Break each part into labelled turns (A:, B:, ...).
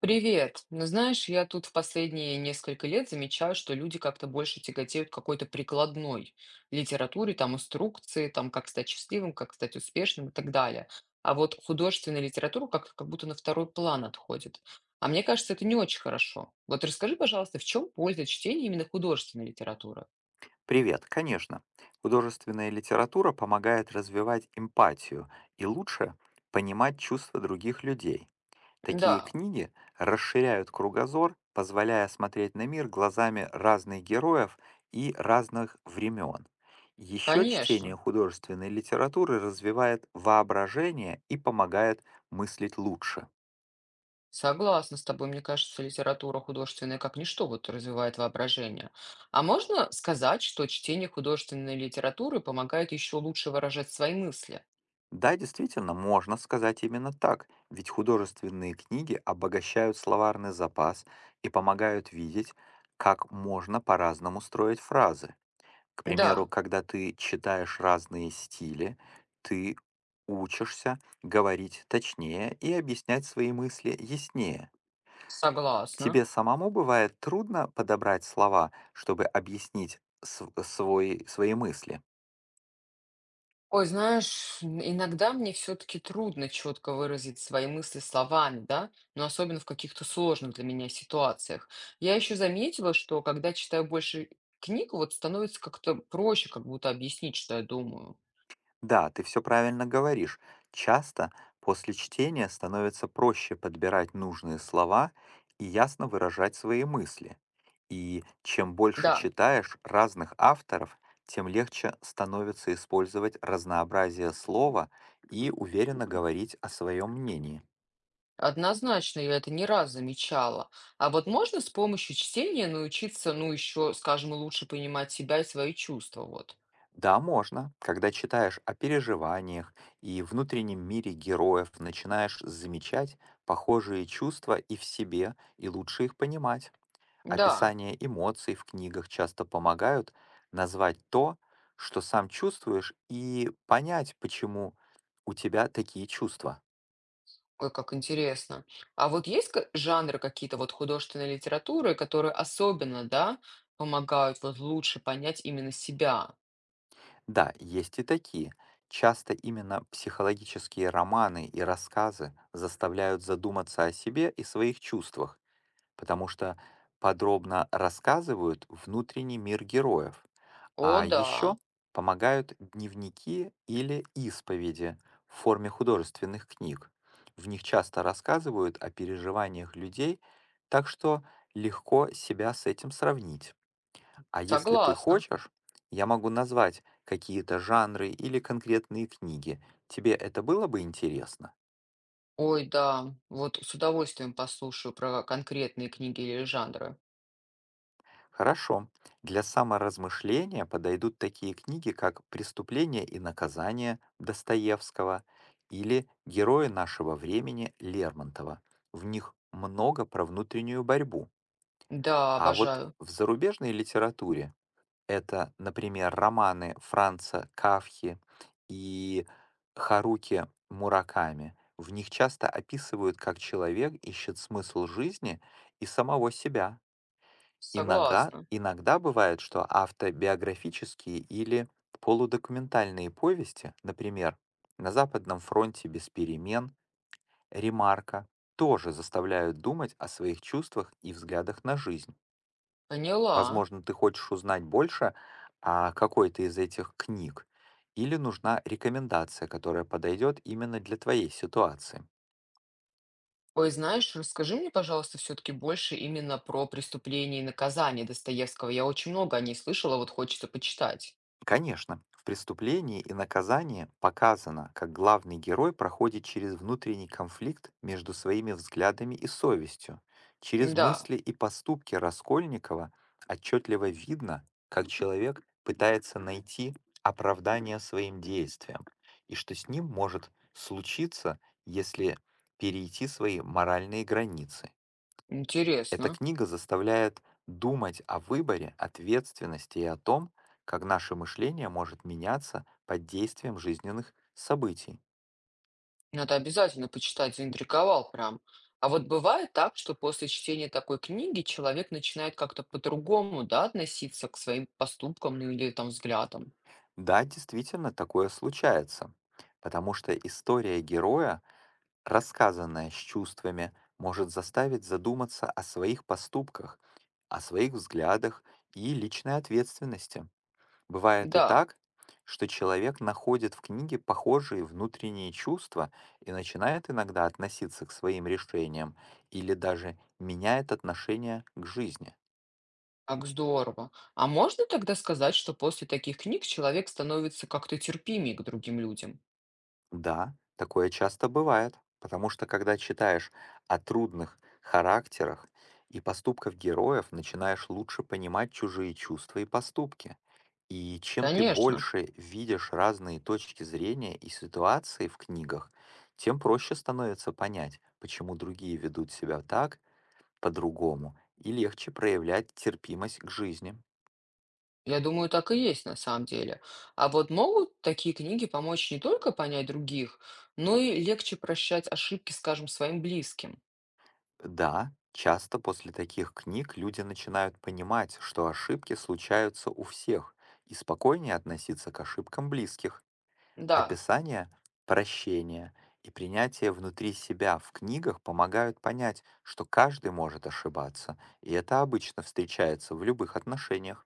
A: Привет. Ну, знаешь, я тут в последние несколько лет замечаю, что люди как-то больше тяготеют к какой-то прикладной литературе, там, инструкции, там, как стать счастливым, как стать успешным и так далее. А вот художественная литература как будто на второй план отходит. А мне кажется, это не очень хорошо. Вот расскажи, пожалуйста, в чем польза чтения именно художественной литературы?
B: Привет, конечно. Художественная литература помогает развивать эмпатию и лучше понимать чувства других людей. Такие
A: Да,
B: книги расширяют кругозор, позволяя смотреть на мир глазами разных героев и разных времен. Еще чтение
A: конечно.
B: художественной литературы развивает воображение и помогает мыслить лучше.
A: Согласна с тобой. Мне кажется, литература художественная как ничто вот развивает воображение. А можно сказать, что чтение художественной литературы помогает еще лучше выражать свои мысли?
B: Да, действительно, можно сказать именно так, ведь художественные книги обогащают словарный запас и помогают видеть, как можно по-разному строить фразы. К
A: Да,
B: примеру, когда ты читаешь разные стили, ты учишься говорить точнее и объяснять свои мысли яснее.
A: согласна.
B: Тебе самому бывает трудно подобрать слова, чтобы объяснить св- свой, свои мысли.
A: Ой, знаешь, иногда мне все-таки трудно четко выразить свои мысли словами, да, но особенно в каких-то сложных для меня ситуациях. Я еще заметила, что когда читаю больше книг, вот становится как-то проще, как будто объяснить, что я думаю.
B: Да, ты все правильно говоришь. Часто после чтения становится проще подбирать нужные слова и ясно выражать свои мысли. И чем больше
A: Да,
B: читаешь разных авторов, тем легче становится использовать разнообразие слова и уверенно говорить о своем мнении.
A: однозначно, я это не раз замечала. А вот можно с помощью чтения научиться, ну, еще, скажем, лучше понимать себя и свои чувства, вот.
B: Да, можно, когда читаешь о переживаниях и внутреннем мире героев, начинаешь замечать похожие чувства и в себе, и лучше их понимать.
A: Да,
B: Описание эмоций в книгах часто помогают назвать то, что сам чувствуешь, и понять, почему у тебя такие чувства.
A: ой, как интересно. А вот есть жанры какие-то вот художественной литературы, которые особенно, да, помогают вот лучше понять именно себя?
B: Да, есть и такие. Часто именно психологические романы и рассказы заставляют задуматься о себе и своих чувствах, потому что подробно рассказывают внутренний мир героев.
A: О,
B: А
A: да,
B: еще помогают дневники или исповеди в форме художественных книг. В них часто рассказывают о переживаниях людей, так что легко себя с этим сравнить. А если ты
A: согласна.
B: хочешь, я могу назвать какие-то жанры или конкретные книги. Тебе это было бы интересно?
A: Ой, да, вот с удовольствием послушаю про конкретные книги или жанры.
B: Хорошо. Для саморазмышления подойдут такие книги, как «Преступление и наказание» Достоевского или «Герои нашего времени» Лермонтова. В них много про внутреннюю борьбу.
A: Да,
B: А вот
A: обожаю.
B: в зарубежной литературе это, например, романы Франца Кафки и Харуки Мураками. В них часто описывают, как человек ищет смысл жизни и самого себя. Инога-
A: Согласна.
B: иногда бывает, что автобиографические или полудокументальные повести, например, «На Западном фронте без перемен», «Ремарка», тоже заставляют думать о своих чувствах и взглядах на жизнь.
A: Поняла.
B: Возможно, ты хочешь узнать больше о какой-то из этих книг, или нужна рекомендация, которая подойдет именно для твоей ситуации.
A: Ой, знаешь, расскажи мне, пожалуйста, все-таки больше именно про «Преступление и наказание» Достоевского. Я очень много о ней слышала, вот хочется почитать.
B: Конечно, в «Преступлении и наказании» показано, как главный герой проходит через внутренний конфликт между своими взглядами и совестью. Через
A: Да,
B: мысли и поступки Раскольникова отчетливо видно, как человек пытается найти оправдание своим действиям, и что с ним может случиться, если перейти свои моральные границы. Эта
A: интересно.
B: книга заставляет думать о выборе, ответственности и о том, как наше мышление может меняться под действием жизненных событий.
A: Надо обязательно почитать, заинтриговал прям. А вот бывает так, что после чтения такой книги человек начинает как-то по-другому, да, относиться к своим поступкам, ну, или там взглядам.
B: Да, действительно, такое случается, потому что история героя, рассказанная с чувствами, может заставить задуматься о своих поступках, о своих взглядах и личной ответственности. Бывает и
A: Да,
B: так, что человек находит в книге похожие внутренние чувства и начинает иногда относиться к своим решениям или даже меняет отношение к жизни.
A: как здорово. А можно тогда сказать, что после таких книг человек становится как-то терпимее к другим людям?
B: Да, такое часто бывает, потому что когда читаешь о трудных характерах и поступках героев, начинаешь лучше понимать чужие чувства и поступки. И чем ты
A: Конечно.
B: больше видишь разные точки зрения и ситуации в книгах, тем проще становится понять, почему другие ведут себя так, по-другому, и легче проявлять терпимость к жизни.
A: Я думаю, так и есть на самом деле. А вот могут такие книги помочь не только понять других, но и легче прощать ошибки, скажем, своим близким.
B: Да, часто после таких книг люди начинают понимать, что ошибки случаются у всех, и спокойнее относиться к ошибкам близких.
A: Да,
B: Описание, прощение и принятие внутри себя в книгах помогают понять, что каждый может ошибаться, и это обычно встречается в любых отношениях.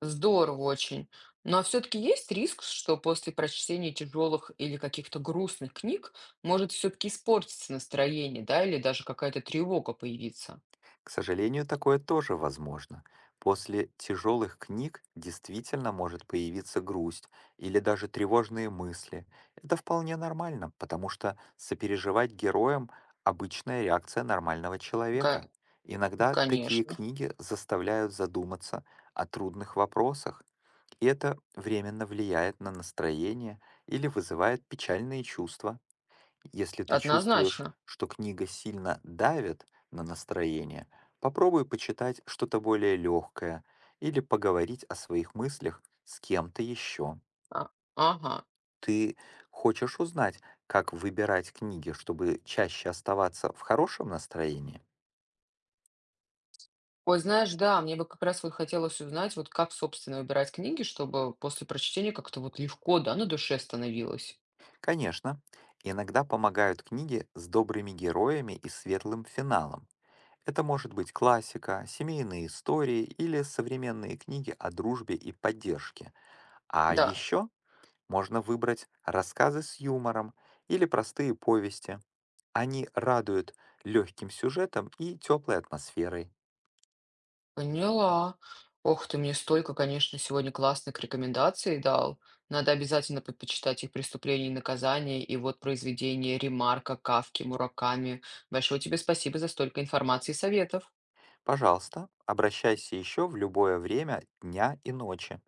A: здорово очень. Но все-таки есть риск, что после прочтения тяжелых или каких-то грустных книг может все-таки испортиться настроение, да, или даже какая-то тревога появиться?
B: К сожалению, такое тоже возможно. После тяжелых книг действительно может появиться грусть или даже тревожные мысли. Это вполне нормально, потому что сопереживать героям — обычная реакция нормального
A: Ка-
B: человека. Иногда такие
A: конечно,
B: книги заставляют задуматься о трудных вопросах, и это временно влияет на настроение или вызывает печальные чувства. Если ты чувствуешь,
A: однозначно.
B: что книга сильно давит на настроение, попробуй почитать что-то более легкое или поговорить о своих мыслях с кем-то еще.
A: А- Ага.
B: Ты хочешь узнать, как выбирать книги, чтобы чаще оставаться в хорошем настроении?
A: Ой, знаешь, да, мне бы как раз вот хотелось узнать, вот как, собственно, выбирать книги, чтобы после прочтения как-то вот легко, да, на душе становилось.
B: Конечно, иногда помогают книги с добрыми героями и светлым финалом. Это может быть классика, семейные истории или современные книги о дружбе и поддержке. А
A: Да,
B: еще можно выбрать рассказы с юмором или простые повести. Они радуют легким сюжетом и теплой атмосферой.
A: поняла. Ох, ты мне столько, конечно, сегодня классных рекомендаций дал. Надо обязательно почитать их «Преступление и наказание» и вот произведение Ремарка, Кавки, Мураками. Большое тебе спасибо за столько информации и советов.
B: Пожалуйста, обращайся еще в любое время дня и ночи.